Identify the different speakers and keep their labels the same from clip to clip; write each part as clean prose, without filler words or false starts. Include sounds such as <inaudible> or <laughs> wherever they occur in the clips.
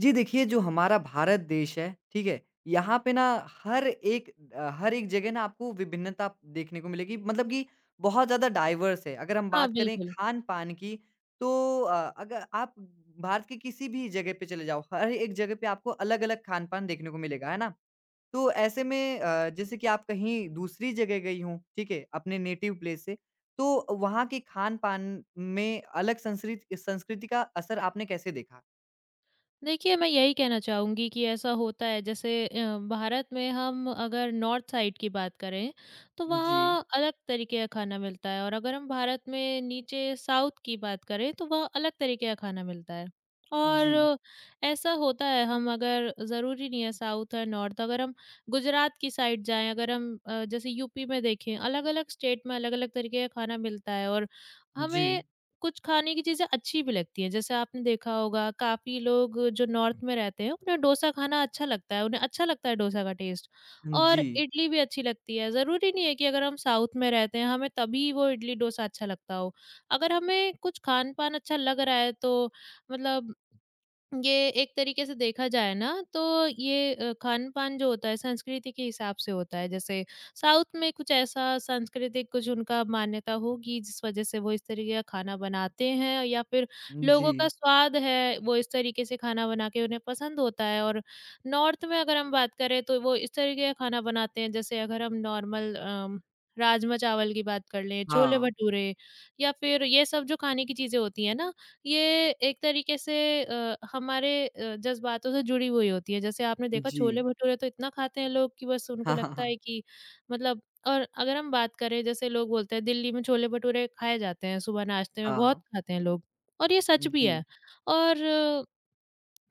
Speaker 1: जी देखिए, जो हमारा भारत देश है, ठीक है? यहाँ पे ना हर एक जगह ना आपको विभिन्नता देखने को मिलेगी मतलब कि बहुत ज़्यादा डाइवर्स है। अगर हम
Speaker 2: हाँ,
Speaker 1: बात करें
Speaker 2: बिल्कुल।
Speaker 1: खान-पान की तो अगर आप भारत की किसी भी जगह पे चले जाओ, हर एक जगह पे आपको अलग-अलग खान-पान देखने को मिलेगा, है ना? तो ऐसे में जैसे कि आप कहीं दूसरी जगह गई हों, ठीक है? अपने नेटिव प्लेस से, तो वहाँ के खान-पान में अलग संस्कृति का असर आपने कैसे देखा?
Speaker 2: देखिए, मैं यही कहना चाहूँगी कि ऐसा होता है जैसे भारत में हम अगर नॉर्थ साइड की बात करें, तो
Speaker 1: जी,
Speaker 2: वहाँ अलग तरीके का खाना मिलता है और अगर हम भारत में नीचे साउथ की बात करें, तो वहाँ अलग तरीके का खाना मिलता है।
Speaker 1: जी।
Speaker 2: और ऐसा होता है, हम अगर ज़रूरी नहीं है साउथ और नॉर्थ, अगर हम गुजरात की साइड जाएँ, अगर हम जैसे यूपी में देखें, अलग-अलग स्टेट में अलग-अलग तरीके का खाना मिलता है और
Speaker 1: जी।
Speaker 2: हमें कुछ खाने की चीज़ें अच्छी भी लगती हैं। जैसे आपने देखा होगा, काफ़ी लोग जो नॉर्थ में रहते हैं उन्हें डोसा खाना अच्छा लगता है, उन्हें अच्छा लगता है डोसा का टेस्ट, और
Speaker 1: जी।
Speaker 2: इडली भी अच्छी लगती है। ज़रूरी नहीं है कि अगर हम साउथ में रहते हैं हमें तभी वो इडली डोसा अच्छा लगता हो। अगर हमें कुछ खान-पान अच्छा लग रहा है तो मतलब, ये एक तरीके से देखा जाए ना, तो ये खान-पान जो होता है संस्कृति के हिसाब से होता है। जैसे साउथ में कुछ ऐसा सांस्कृतिक, कुछ उनका मान्यता होगी जिस वज़ह से वो इस तरीके का खाना बनाते हैं, या फिर
Speaker 1: जी।
Speaker 2: लोगों का स्वाद है वो इस तरीके से खाना बना के उन्हें पसंद होता है। और नॉर्थ में अगर हम बात करें तो वो इस तरीके का खाना बनाते हैं, जैसे अगर हम नॉर्मल राजमा चावल की बात कर लें, छोले
Speaker 1: हाँ।
Speaker 2: भटूरे, या फिर ये सब जो खाने की चीज़ें होती हैं ना, ये एक तरीके से हमारे जज़्बातों से जुड़ी हुई होती है। जैसे आपने देखा,
Speaker 1: जी।
Speaker 2: छोले-भटूरे तो इतना खाते हैं लोग कि बस
Speaker 1: <laughs>
Speaker 2: उनको
Speaker 1: हाँ, हाँ,
Speaker 2: लगता
Speaker 1: हाँ।
Speaker 2: है कि मतलब। और अगर हम बात करें, जैसे लोग बोलते हैं दिल्ली में छोले-भटूरे खाए जाते हैं, सुबह नाश्ते में बहुत
Speaker 1: हाँ।
Speaker 2: खाते हैं लोग, और ये सच भी
Speaker 1: जी।
Speaker 2: है। और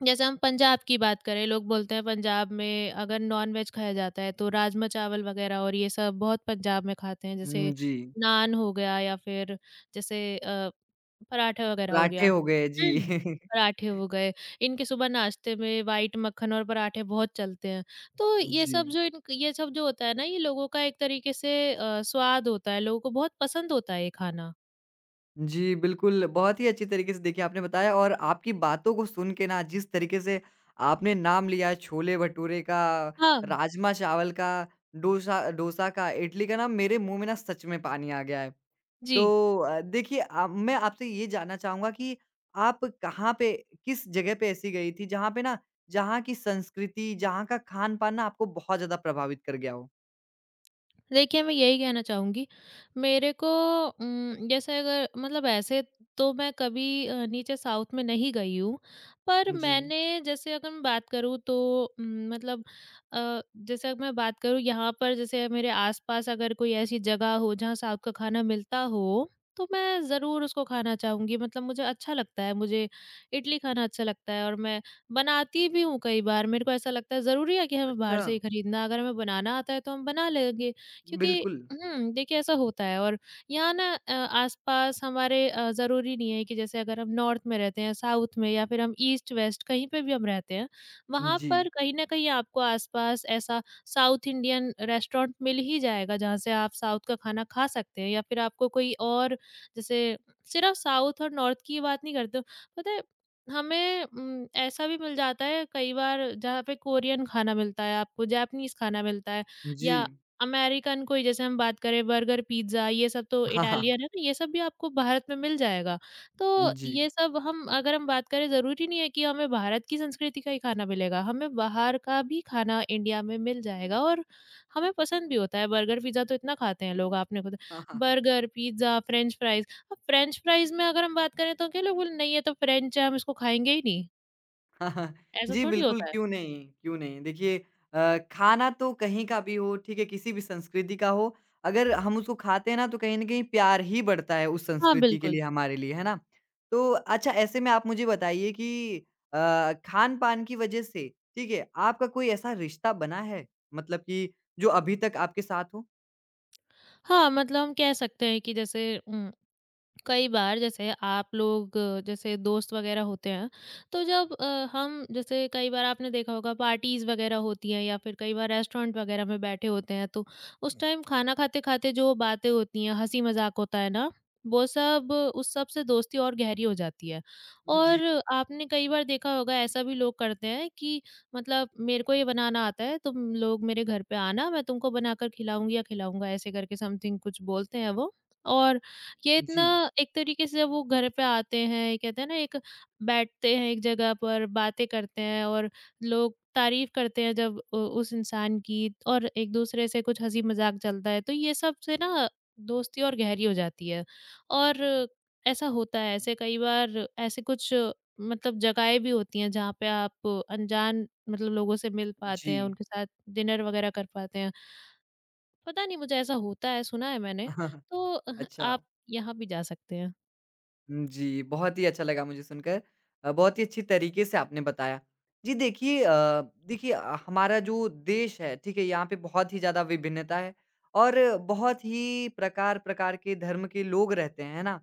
Speaker 2: जैसे हम पंजाब की बात करें, लोग बोलते हैं पंजाब में अगर नॉन-वेज खाया जाता है तो राजमा-चावल वग़ैरह, और ये सब बहुत पंजाब में खाते हैं,
Speaker 1: हुँ,
Speaker 2: जैसे
Speaker 1: जी।
Speaker 2: नान हो गया, या फिर जैसे पराठा वग़ैरह हो
Speaker 1: पराठे
Speaker 2: गया।
Speaker 1: हो गए, जी।
Speaker 2: हुँ,
Speaker 1: <laughs>
Speaker 2: पराठे हो गए, इनके सुबह नाश्ते में व्हाइट मक्खन और पराठे बहुत चलते हैं। तो
Speaker 1: जी।
Speaker 2: ये सब जो होता है ना, ये लोगों का एक तरीके से स्वाद होता है, लोगों को बहुत पसंद होता है ये खाना।
Speaker 1: जी, बिल्कुल, बहुत ही अच्छी तरीके से देखिए आपने बताया और आपकी बातों को सुन के ना जिस तरीके से आपने नाम लिया है छोले-भटूरे का,
Speaker 2: हाँ,
Speaker 1: राजमा चावल का, डोसा डोसा का, इडली का ना मेरे मुँह में ना सच में पानी आ गया है।
Speaker 2: जी।
Speaker 1: तो देखिए मैं आपसे ये जानना चाहूँगा कि आप कहाँ पे किस जगह पे ऐसी गई थी जहाँ पे ना जहाँ की संस्कृति, जहाँ का खान-पान ना आपको बहुत ज़्यादा प्रभावित कर गया हो?
Speaker 2: देखिए, मैं यही कहना चाहूँगी, मेरे को जैसे अगर मतलब ऐसे, तो मैं कभी नीचे साउथ में नहीं गई हूँ, पर
Speaker 1: जी।
Speaker 2: मैंने, जैसे अगर मैं बात करूँ तो मतलब जैसे अगर मैं बात करूँ, यहाँ पर जैसे मेरे आस-पास अगर कोई ऐसी जगह हो जहाँ साउथ का खाना मिलता हो, तो मैं ज़रूर उसको खाना चाहूँगी। मतलब मुझे अच्छा लगता है, मुझे इडली खाना अच्छा लगता है और मैं बनाती भी हूँ कई बार। मेरे को ऐसा लगता है ज़रूरी है कि हमें
Speaker 1: अच्छा,
Speaker 2: बाहर से ही खरीदना, अगर हमें बनाना आता है तो हम बना लेंगे। क्योंकि
Speaker 1: बिल्कुल।
Speaker 2: देखिए, ऐसा होता है, और यहाँ ना आस-पास हमारे, ज़रूरी नहीं है कि जैसे अगर हम नॉर्थ में रहते हैं, साउथ में, या फिर हम ईस्ट-वेस्ट कहीं पे भी हम रहते हैं, वहाँ
Speaker 1: जी,
Speaker 2: पर कहीं न कहीं आपको आस-पास ऐसा साउथ इंडियन रेस्टोरेंट मिल ही जाएगा जहाँ से आप साउथ का खाना खा सकते हैं, या फिर आपको कोई और, जैसे सिर्फ़ साउथ और नॉर्थ की बात नहीं करते, पता है हमें ऐसा भी मिल जाता है कई बार, जहाँ पे कोरियन खाना मिलता है आपको, जापानीज़ खाना मिलता है,
Speaker 1: जी।
Speaker 2: या अमेरिकन कोई, जैसे हम बात करें बर्गर, पिज़्ज़ा, ये सब तो
Speaker 1: हाँ, हाँ।
Speaker 2: इटालियन है ना, ये सब भी आपको भारत में मिल जाएगा। तो
Speaker 1: जी।
Speaker 2: ये सब, हम अगर हम बात करें, ज़रूरी नहीं है कि हमें भारत की संस्कृति का ही खाना मिलेगा, हमें बाहर का भी खाना इंडिया में मिल जाएगा और हमें पसंद भी होता है। बर्गर, पिज़्ज़ा तो इतना खाते हैं लोग, आपने खुद,
Speaker 1: हाँ हाँ हाँ।
Speaker 2: Burger, pizza, French fries. अब फ्रेंच फ्राइज़ में अगर हम बात करें तो क्या लोग बोले नहीं ये तो फ्रेंच है, हम इसको खाएँगे ही नहीं,
Speaker 1: हाँ, हाँ।
Speaker 2: ऐसा
Speaker 1: जी,
Speaker 2: थोड़ी
Speaker 1: बिल्कुल
Speaker 2: होता है।
Speaker 1: क्यों नहीं, क्यों नहीं। देखिए खाना तो कहीं का भी हो, ठीक है, किसी भी संस्कृति का हो, अगर हम उसको खाते हैं ना तो कहीं न कहीं प्यार ही बढ़ता है उस
Speaker 2: हाँ,
Speaker 1: संस्कृति के
Speaker 2: बिल्कुल।
Speaker 1: लिए हमारे लिए, है ना? तो अच्छा ऐसे में आप मुझे बताइए कि खान-पान की वजह से, ठीक है, आपका कोई ऐसा रिश्ता बना है? मतलब कि जो अभी तक आपके साथ हो?
Speaker 2: हाँ, मतलब हम कह सकते हैं कि जैसे कई बार, जैसे आप लोग जैसे दोस्त वगैरह होते हैं, तो जब हम, जैसे कई बार आपने देखा होगा पार्टीज वगैरह होती हैं, या फिर कई बार रेस्टोरेंट वगैरह में बैठे होते हैं, तो उस टाइम खाना खाते खाते जो बातें होती हैं, हंसी मजाक होता है ना, वो सब उस सब से दोस्ती और गहरी हो जाती है।
Speaker 1: हुँ, जी,
Speaker 2: और आपने कई बार देखा होगा, ऐसा भी लोग करते हैं कि मतलब, मेरे को ये बनाना आता है, तुम लोग मेरे घर पे आना, मैं तुमको बनाकर खिलाऊंगी या खिलाऊंगा, ऐसे करके समथिंग कुछ बोलते हैं वो। और ये इतना
Speaker 1: जी,
Speaker 2: एक तरीके से, जब वो घर पे आते हैं, कहते हैं ना, एक बैठते हैं एक जगह पर, बातें करते हैं और लोग तारीफ़ करते हैं जब उ उस इंसान की, और एक-दूसरे से कुछ हँसी-मज़ाक चलता है, तो ये सब से ना दोस्ती और गहरी हो जाती है। और ऐसा होता है, ऐसे कई बार ऐसे कुछ मतलब जगहें भी होती हैं जहाँ पे आप अनजान मतलब लोगों से मिल पाते
Speaker 1: जी।
Speaker 2: हैं, उनके साथ डिनर वग़ैरह कर पाते हैं। पता नहीं, मुझे ऐसा होता है, सुना है मैंने।
Speaker 1: <laughs>
Speaker 2: तो
Speaker 1: अच्छा।
Speaker 2: आप यहाँ भी जा सकते हैं।
Speaker 1: हुँ, जी, बहुत ही अच्छा लगा मुझे सुनकर। बहुत ही अच्छी तरीके से आपने बताया। जी देखिए, हमारा जो देश है, ठीक है? यहाँ पे बहुत ही ज़्यादा विभिन्नता है और बहुत ही प्रकार-प्रकार के धर्म के लोग रहते हैं, है ना?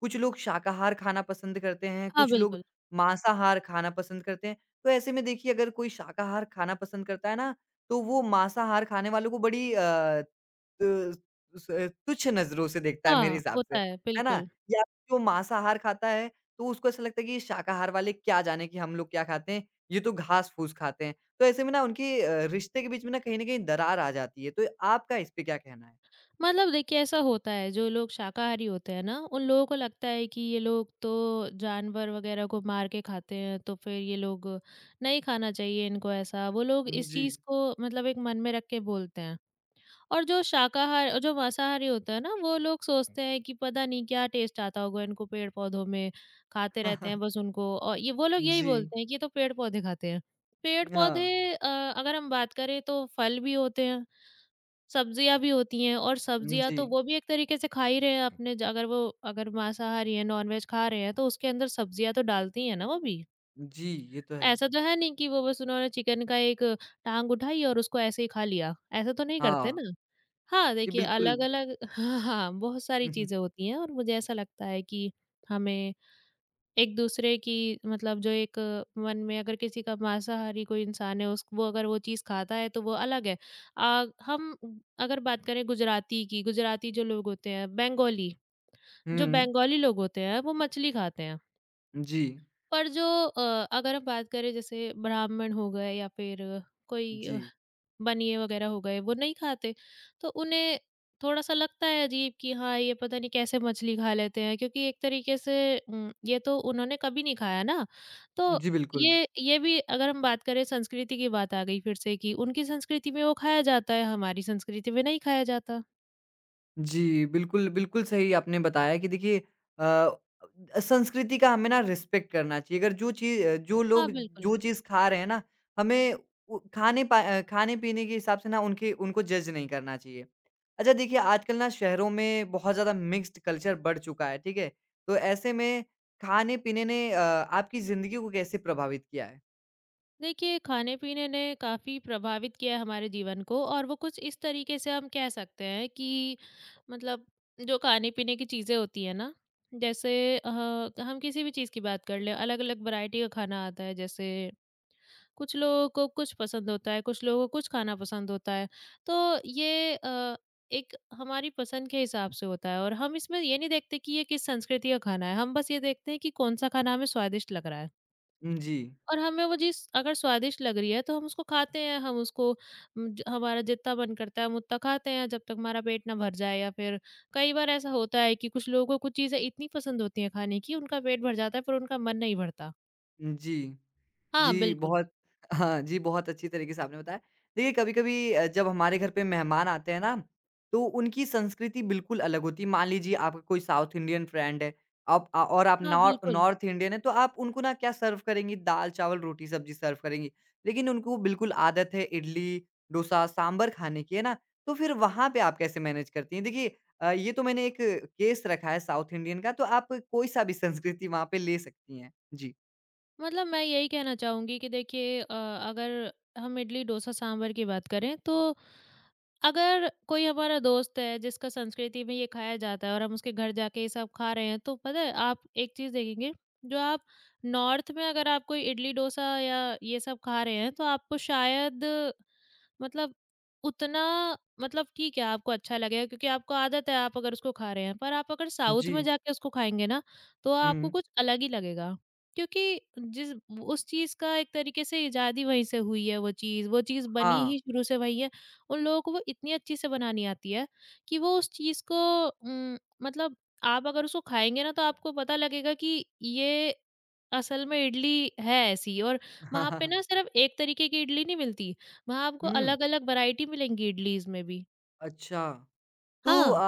Speaker 1: कुछ लोग शाकाहार खाना पसंद करते हैं,
Speaker 2: हाँ,
Speaker 1: कुछ लोग
Speaker 2: बिल्कुल।
Speaker 1: मांसाहार खाना पसंद करते हैं। तो ऐसे में देखिए अगर कोई शाकाहार खाना पसंद करता है ना, तो वो मांसाहार खाने वालों को बड़ी अ अ, स तुच्छ नज़रों से देखता है मेरे
Speaker 2: हाँ,
Speaker 1: हिसाब से,
Speaker 2: होता है,
Speaker 1: है ना?
Speaker 2: बिल्कुल।
Speaker 1: या जो मांसाहार खाता है, तो उसको ऐसा लगता है कि शाकाहार वाले क्या जाने कि हम लोग क्या खाते हैं, ये तो घास-फूस खाते हैं। तो ऐसे में ना उनकी रिश्ते के बीच में ना कहीं न कहीं दरार आ जाती है। तो आपका इस पे क्या कहना है?
Speaker 2: मतलब देखिए, ऐसा होता है, जो लोग शाकाहारी होते हैं ना, उन लोगों को लगता है कि ये लोग तो जानवर वगैरह को मार के खाते हैं, तो फिर ये लोग, नहीं खाना चाहिए इनको ऐसा। वो लोग
Speaker 1: उम,
Speaker 2: इस
Speaker 1: जी।
Speaker 2: चीज़ को मतलब एक मन में रख के बोलते हैं। और जो मांसाहारी होता है ना, वो लोग सोचते हैं कि पता नहीं क्या टेस्ट आता होगा इनको पेड़-पौधों में, खाते रहते हैं बस
Speaker 1: <laughs>
Speaker 2: उनको, और ये वो लोग यही
Speaker 1: जी।
Speaker 2: बोलते हैं कि ये तो पेड़-पौधे खाते हैं। पेड़-पौधे,
Speaker 1: हाँ।
Speaker 2: अ, अगर हम बात करें तो फल भी होते हैं, सब्जियाँ भी होती हैं, और
Speaker 1: उम,
Speaker 2: सब्जियाँ
Speaker 1: जी।
Speaker 2: तो वो भी एक तरीके से खा ही रहे हैं अपने, ज अगर वो अगर मांसाहारी हैं, नॉन-वेज खा रहे हैं तो उसके अंदर सब्जियाँ तो डालती ही हैं ना वो भी।
Speaker 1: जी, ये तो है।
Speaker 2: ऐसा तो है नहीं कि वो बस, उन्होंने चिकन का एक टाँग उठाई और उसको ऐसे ही खा लिया, ऐसा तो नहीं
Speaker 1: हाँ,
Speaker 2: करते ना। हाँ,
Speaker 1: जी
Speaker 2: देखिए
Speaker 1: बिल्कुल।
Speaker 2: अलग-अलग <laughs> हाँ, हाँ, बहुत
Speaker 1: <laughs>
Speaker 2: सारी
Speaker 1: हुँ,
Speaker 2: चीज़ें होती हैं और मुझे ऐसा लगता है कि हमें एक-दूसरे की, मतलब जो एक मन में, अगर किसी का मांसाहारी कोई इंसान है, उस वो अगर वो चीज़ खाता है तो वो अलग है। हम अगर बात करें गुजराती की, गुजराती जो लोग होते हैं, बंगाली, जो
Speaker 1: हुँ। हुँ,
Speaker 2: बंगाली लोग होते हैं वो मछली खाते हैं।
Speaker 1: जी।
Speaker 2: पर जो अगर हम बात करें जैसे, ब्राह्मण हो गए या फिर
Speaker 1: जी।
Speaker 2: कोई बनिए वगैरह हो गए, वो नहीं खाते। तो उन्हें थोड़ा-सा लगता है अजीब कि हाँ, ये पता नहीं कैसे मछली खा लेते हैं, क्योंकि एक तरीके से ये तो उन्होंने कभी नहीं खाया ना। तो
Speaker 1: जी, बिल्कुल।
Speaker 2: ये भी अगर हम बात करें, संस्कृति की बात आ गई फिर से, कि उनकी संस्कृति में वो खाया जाता है, हमारी संस्कृति में नहीं खाया जाता।
Speaker 1: जी, बिल्कुल, बिल्कुल सही आपने बताया कि देखिए अ, संस्कृति का हमें ना रिस्पेक्ट करना चाहिए। अगर जो
Speaker 2: हाँ,
Speaker 1: लोग
Speaker 2: बिल्कुल।
Speaker 1: जो चीज़ खा रहे हैं ना, हमें उ खाने पा अ, खाने-पीने के हिसाब से ना उनके उनको जज नहीं करना चाहिए। अच्छा देखिए, आजकल ना शहरों में बहुत ज़्यादा मिक्स्ड कल्चर बढ़ चुका है, ठीक है? तो ऐसे में खाने-पीने ने आपकी ज़िंदगी को कैसे प्रभावित किया है?
Speaker 2: देखिए, खाने-पीने ने काफ़ी प्रभावित किया है हमारे जीवन को, और वो कुछ इस तरीके से हम कह सकते हैं कि मतलब, जो खाने-पीने की चीज़ें होती हैं ना, जैसे हम किसी भी चीज़ की बात कर लें, अलग-अलग वैरायटी का खाना आता है। जैसे कुछ लोगों को कुछ पसंद होता है, कुछ लोगों को कुछ खाना पसंद होता है। तो ये एक हमारी पसंद के हिसाब से होता है, और हम इसमें ये नहीं देखते कि ये किस संस्कृति का खाना है। हम बस ये देखते हैं कि कौन-सा खाना हमें स्वादिष्ट लग रहा है।
Speaker 1: उम, जी।
Speaker 2: और हमें वो चीज़ अगर स्वादिष्ट लग रही है तो हम उसको खाते हैं, हम उसको उम, ज हमारा जितना मन करता है हम उतना खाते हैं जब तक हमारा पेट ना भर जाए, या फिर कई बार ऐसा होता है कि कुछ लोगों को कुछ चीज़ें इतनी पसंद होती हैं खाने की, उनका पेट भर जाता है पर उनका मन नहीं भरता।
Speaker 1: जी।
Speaker 2: हाँ,
Speaker 1: जी,
Speaker 2: बिल्कुल।
Speaker 1: बहुत हाँ जी, बहुत अच्छी तरीके से आपने बताया। देखिए, कभी-कभी जब हमारे घर पे मेहमान आते हैं ना, तो उनकी संस्कृति बिल्कुल अलग होती है। मान लीजिए आपका कोई साउथ इंडियन फ्रेंड है, आप और आप
Speaker 2: हाँ,
Speaker 1: नॉर
Speaker 2: बिल्कुल।
Speaker 1: नॉर्थ इंडियन हैं, तो आप उनको ना क्या सर्व करेंगी? दाल, चावल, रोटी, सब्ज़ी सर्व करेंगी। लेकिन उनको बिल्कुल आदत है इडली, डोसा, सांभर खाने की, है ना? तो फिर वहाँ पे आप कैसे मैनेज करती हैं? देखिए ये तो मैंने एक केस रखा है साउथ इंडियन का, तो आप कोई-सा भी संस्कृति वहाँ पे ले सकती हैं। जी।
Speaker 2: मतलब मैं यही कहना चाहूँगी कि देखिए अगर हम इडली डोसा सांभर की बात करें, तो अगर कोई हमारा दोस्त है जिसका संस्कृति में ये खाया जाता है और हम उसके घर जाके ये सब खा रहे हैं, तो पता है आप एक चीज़ देखेंगे। जो आप नॉर्थ में, अगर आप कोई इडली डोसा या ये सब खा रहे हैं, तो आपको शायद, मतलब, उतना मतलब, ठीक है आपको अच्छा लगेगा क्योंकि आपको आदत है, आप अगर उसको खा रहे हैं, पर आप अगर साउथ में
Speaker 1: जी।
Speaker 2: जाके उसको खाएँगे ना, तो आपको
Speaker 1: हुँ।
Speaker 2: कुछ अलग ही लगेगा। क्योंकि जिस उस चीज़ का एक तरीके से इजाद ही वहीं से हुई है, वो चीज़ बनी
Speaker 1: हाँ।
Speaker 2: ही शुरू से वहीं है। उन लोगों को वो इतनी अच्छी से बनानी आती है कि वो उस चीज़ को उम, मतलब आप अगर उसको खाएँगे ना तो आपको पता लगेगा कि ये असल में इडली है ऐसी। और वहाँ पे ना
Speaker 1: <laughs>
Speaker 2: सिर्फ़ एक तरीके की इडली नहीं मिलती। वहाँ आपको
Speaker 1: हुँ,
Speaker 2: अलग-अलग वैरायटी मिलेंगी इडलीज़ में भी।
Speaker 1: अच्छा। तो
Speaker 2: हाँ,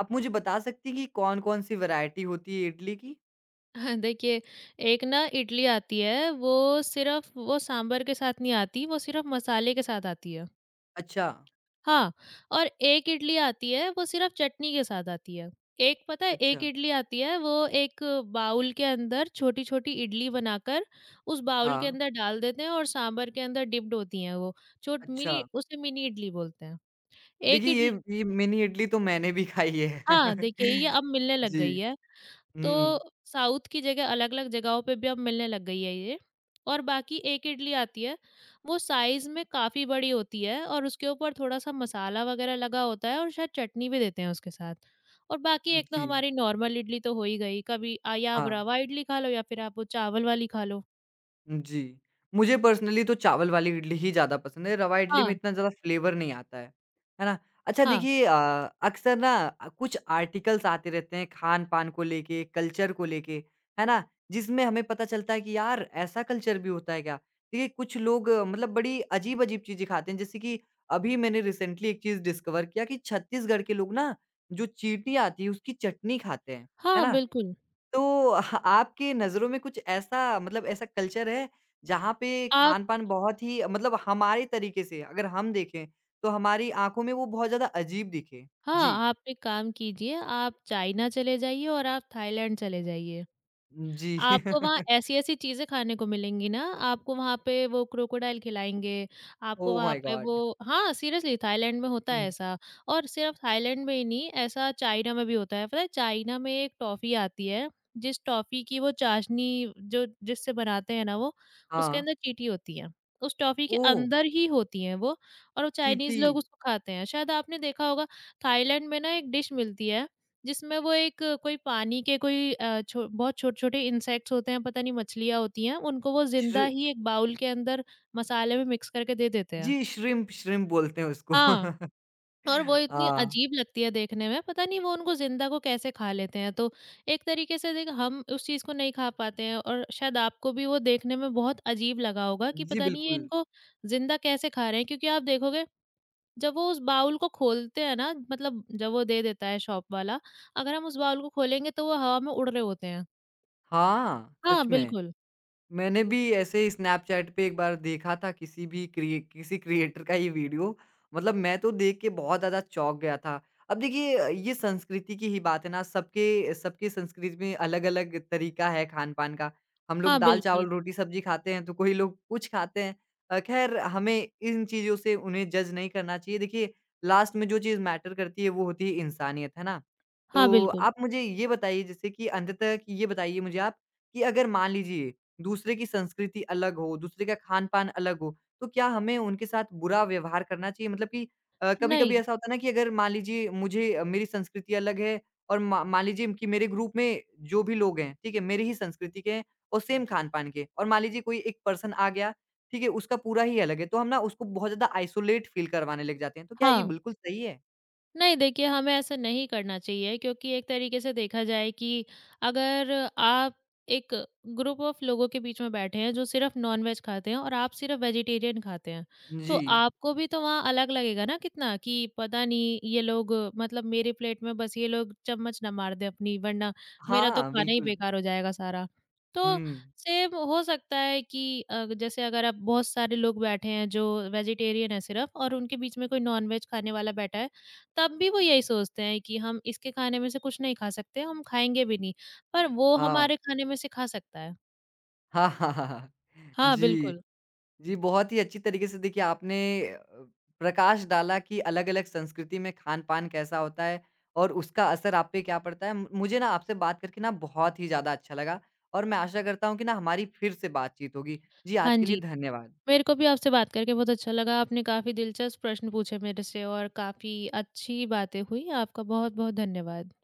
Speaker 1: आप मुझे बता सकती हैं कि कौन-कौन सी वैरायटी होती है इडली की?
Speaker 2: <laughs> देखिए, एक ना इडली आती है वो सिर्फ़ वो सांभर के साथ नहीं आती, वो सिर्फ़ मसाले के साथ आती है।
Speaker 1: अच्छा,
Speaker 2: हाँ, और एक इडली आती है वो सिर्फ़ चटनी के साथ आती है। एक पता है एक
Speaker 1: अच्छा।
Speaker 2: इडली आती है वो एक बाउल के अंदर छोटी-छोटी इडली बनाकर उस बाउल के
Speaker 1: हाँ,
Speaker 2: अंदर डाल देते हैं और सांभर के अंदर डिप्ड होती हैं वो। छोट
Speaker 1: अच्छा।
Speaker 2: मिनी उसे मिनी इडली बोलते हैं। एक
Speaker 1: देखिए
Speaker 2: इडली
Speaker 1: ये मिनी इडली तो मैंने भी खाई है।
Speaker 2: हाँ, देखिए ये
Speaker 1: <laughs>
Speaker 2: अब मिलने लग
Speaker 1: जी।
Speaker 2: गई है। तो
Speaker 1: हुँ,
Speaker 2: साउथ की जगह अलग-अलग जगहों पे भी अब मिलने लग गई है ये। और बाकी एक इडली आती है, वो साइज़ में काफ़ी बड़ी होती है और उसके ऊपर थोड़ा-सा मसाला वगैरह लगा होता है और शायद चटनी भी देते हैं उसके साथ। और बाकी एक तो
Speaker 1: जी,
Speaker 2: हमारी नॉर्मल इडली तो हो ही गई, कभी या आप
Speaker 1: हाँ।
Speaker 2: रवा इडली खा लो या फिर आप वो चावल वाली खा लो।
Speaker 1: जी। मुझे पर्सनली तो चावल वाली इडली ही ज़्यादा पसंद है, रवा इडली में
Speaker 2: हाँ,
Speaker 1: इतना ज़्यादा फ्लेवर नहीं आता है। है ना? अच्छा
Speaker 2: हाँ,
Speaker 1: देखिए अक्सर ना कुछ आर्टिकल्स आते रहते हैं खान-पान को लेके, कल्चर को लेके, है ना? जिसमें हमें पता चलता है कि यार ऐसा कल्चर भी होता है क्या? देखिए कुछ लोग मतलब बड़ी अजीब-अजीब चीज़ें खाते हैं, जैसे कि अभी मैंने रिसेंटली एक चीज़ डिस्कवर किया कि छत्तीसगढ़ के लोग ना जो चींटी आती है उसकी चटनी खाते हैं। है
Speaker 2: हाँ,
Speaker 1: ना?
Speaker 2: बिल्कुल।
Speaker 1: तो <laughs> आपके नज़रों में कुछ ऐसा मतलब ऐसा कल्चर है जहाँ पे
Speaker 2: आप
Speaker 1: खान-पान बहुत ही मतलब हमारे तरीके से अगर हम देखें तो हमारी आँखों में वो बहुत ज़्यादा अजीब दिखे?
Speaker 2: हाँ,
Speaker 1: जी।
Speaker 2: आप एक काम कीजिए, आप चाइना चले जाइए और आप थाईलैंड चले जाइए।
Speaker 1: जी।
Speaker 2: आपको वहाँ
Speaker 1: <laughs>
Speaker 2: ऐसी-ऐसी चीज़ें खाने को मिलेंगी ना, आपको वहाँ पे वो क्रोकोडाइल खिलाएँगे, आपको
Speaker 1: ओह
Speaker 2: वहाँ
Speaker 1: माय
Speaker 2: पे वो
Speaker 1: गॉड!
Speaker 2: हाँ, सीरियसली थाईलैंड में होता है
Speaker 1: हुँ।
Speaker 2: ऐसा। और सिर्फ़ थाईलैंड में ही नहीं, ऐसा चाइना में भी होता है। पता है चाइना में एक टॉफ़ी आती है, जिस टॉफ़ी की वो चाशनी जो जिससे बनाते हैं ना वो, उसके
Speaker 1: हाँ।
Speaker 2: अंदर चींटी होती है। उस टॉफ़ी के
Speaker 1: ओह!
Speaker 2: अंदर ही होती है वो। और वो
Speaker 1: चींटी,
Speaker 2: चाइनीज़ लोग उसको खाते हैं। शायद आपने देखा होगा, थाईलैंड में ना एक डिश मिलती है जिसमें वो एक कोई पानी के कोई छो बहुत छोटे-छोटे इंसेक्ट्स होते हैं, पता नहीं मछलियाँ होती हैं, उनको वो ज़िंदा
Speaker 1: श्रि
Speaker 2: ही एक बाउल के अंदर मसाले में मिक्स करके दे देते हैं।
Speaker 1: जी, श्रिम्प श्रिम्प बोलते हैं उसको।
Speaker 2: हाँ,
Speaker 1: <laughs>
Speaker 2: और वो इतनी
Speaker 1: हाँ।
Speaker 2: अजीब लगती है देखने में, पता नहीं वो उनको ज़िंदा को कैसे खा लेते हैं। तो एक तरीके से देख हम उस चीज़ को नहीं खा पाते हैं और शायद आपको भी वो देखने में बहुत अजीब लगा होगा कि
Speaker 1: जी,
Speaker 2: पता नहीं ये
Speaker 1: बिल्कुल।
Speaker 2: इनको ज़िंदा कैसे खा रहे हैं? क्योंकि आप देखोगे, जब वो उस बाउल को खोलते हैं ना मतलब जब वो दे देता है शॉप वाला, अगर हम उस बाउल को खोलेंगे तो वो हवा में उड़ रहे होते हैं।
Speaker 1: हाँ,
Speaker 2: हाँ,
Speaker 1: सच में।
Speaker 2: बिल्कुल।
Speaker 1: मैंने भी ऐसे ही स्नैपचैट पे एक बार देखा था किसी क्रिएटर का ये वीडियो। मतलब मैं तो देख के बहुत ज़्यादा चौंक गया था। अब देखिए ये संस्कृति की ही बात है ना, सबके सबकी संस्कृति में अलग-अलग तरीका है खान-पान का। हम लोग
Speaker 2: हाँ,
Speaker 1: दाल-चावल,
Speaker 2: बिल्कुल।
Speaker 1: रोटी-सब्जी खाते हैं, तो कोई लोग कुछ खाते हैं। ख़ैर हमें इन चीज़ों से उन्हें जज नहीं करना चाहिए। देखिए लास्ट में जो चीज़ मैटर करती है वो होती है इंसानियत, है ना?
Speaker 2: हाँ,
Speaker 1: तो
Speaker 2: बिल्कुल।
Speaker 1: आप मुझे ये बताइए जैसे कि अंततः ये बताइए मुझे आप कि अगर मान लीजिए दूसरे की संस्कृति अलग हो, दूसरे का खान-पान अलग हो, तो क्या हमें उनके साथ बुरा व्यवहार करना चाहिए? मतलब कि
Speaker 2: नहीं,
Speaker 1: कभी-कभी ऐसा होता है ना कि अगर मान लीजिए मेरी संस्कृति अलग है और मा मान लीजिए कि मेरे ग्रुप में जो भी लोग हैं, ठीक है? मेरी ही संस्कृति के हैं और सेम खान-पान के और मान लीजिए कोई एक पर्सन आ गया, ठीक है? उसका पूरा ही अलग है, तो हम ना उसको बहुत ज़्यादा आइसोलेट फ़ील करवाने लग जाते हैं, तो क्या ये
Speaker 2: हाँ।
Speaker 1: बिल्कुल सही है?
Speaker 2: नहीं देखिए, हमें ऐसा नहीं करना चाहिए क्योंकि एक तरीके से देखा जाए कि अगर आप एक ग्रुप ऑफ लोगों के बीच में बैठे हैं जो सिर्फ़ नॉन-वेज खाते हैं और आप सिर्फ़ वेजिटेरियन खाते हैं, तो
Speaker 1: जी।
Speaker 2: आपको भी तो वहाँ अलग लगेगा ना कितना कि पता नहीं ये लोग मतलब मेरी प्लेट में बस ये लोग चम्मच ना मार दें अपनी वरना मेरा तो
Speaker 1: हाँ,
Speaker 2: खाना ही
Speaker 1: बिल्कुल।
Speaker 2: बेकार हो जाएगा सारा। तो
Speaker 1: हुँ।
Speaker 2: सेम हो सकता है कि जैसे अगर आप बहुत सारे लोग बैठे हैं जो वेजिटेरियन है सिर्फ़ और उनके बीच में कोई नॉन-वेज खाने वाला बैठा है, तब भी वो यही सोचते हैं कि हम इसके खाने में से कुछ नहीं खा सकते, हम खाएँगे भी नहीं, पर वो
Speaker 1: हाँ।
Speaker 2: हमारे खाने में से खा सकता है।
Speaker 1: हाँ, हाँ, हाँ, हाँ। हाँ।
Speaker 2: हाँ,
Speaker 1: जी।
Speaker 2: बिल्कुल।
Speaker 1: जी, बहुत ही अच्छी तरीके से देखिए आपने प्रकाश डाला कि अलग-अलग संस्कृति में खान-पान कैसा होता है और उसका असर आप पे क्या पड़ता है। मुझे ना आपसे बात करके ना बहुत ही ज़्यादा अच्छा लगा और मैं आशा करता हूँ कि ना हमारी फिर से बातचीत होगी। जी,
Speaker 2: हाँ
Speaker 1: आज के लिए
Speaker 2: जी,
Speaker 1: धन्यवाद।
Speaker 2: मेरे को भी आपसे बात करके बहुत अच्छा लगा, आपने काफ़ी दिलचस्प प्रश्न पूछे मेरे से और काफ़ी अच्छी बातें हुई। आपका बहुत-बहुत धन्यवाद।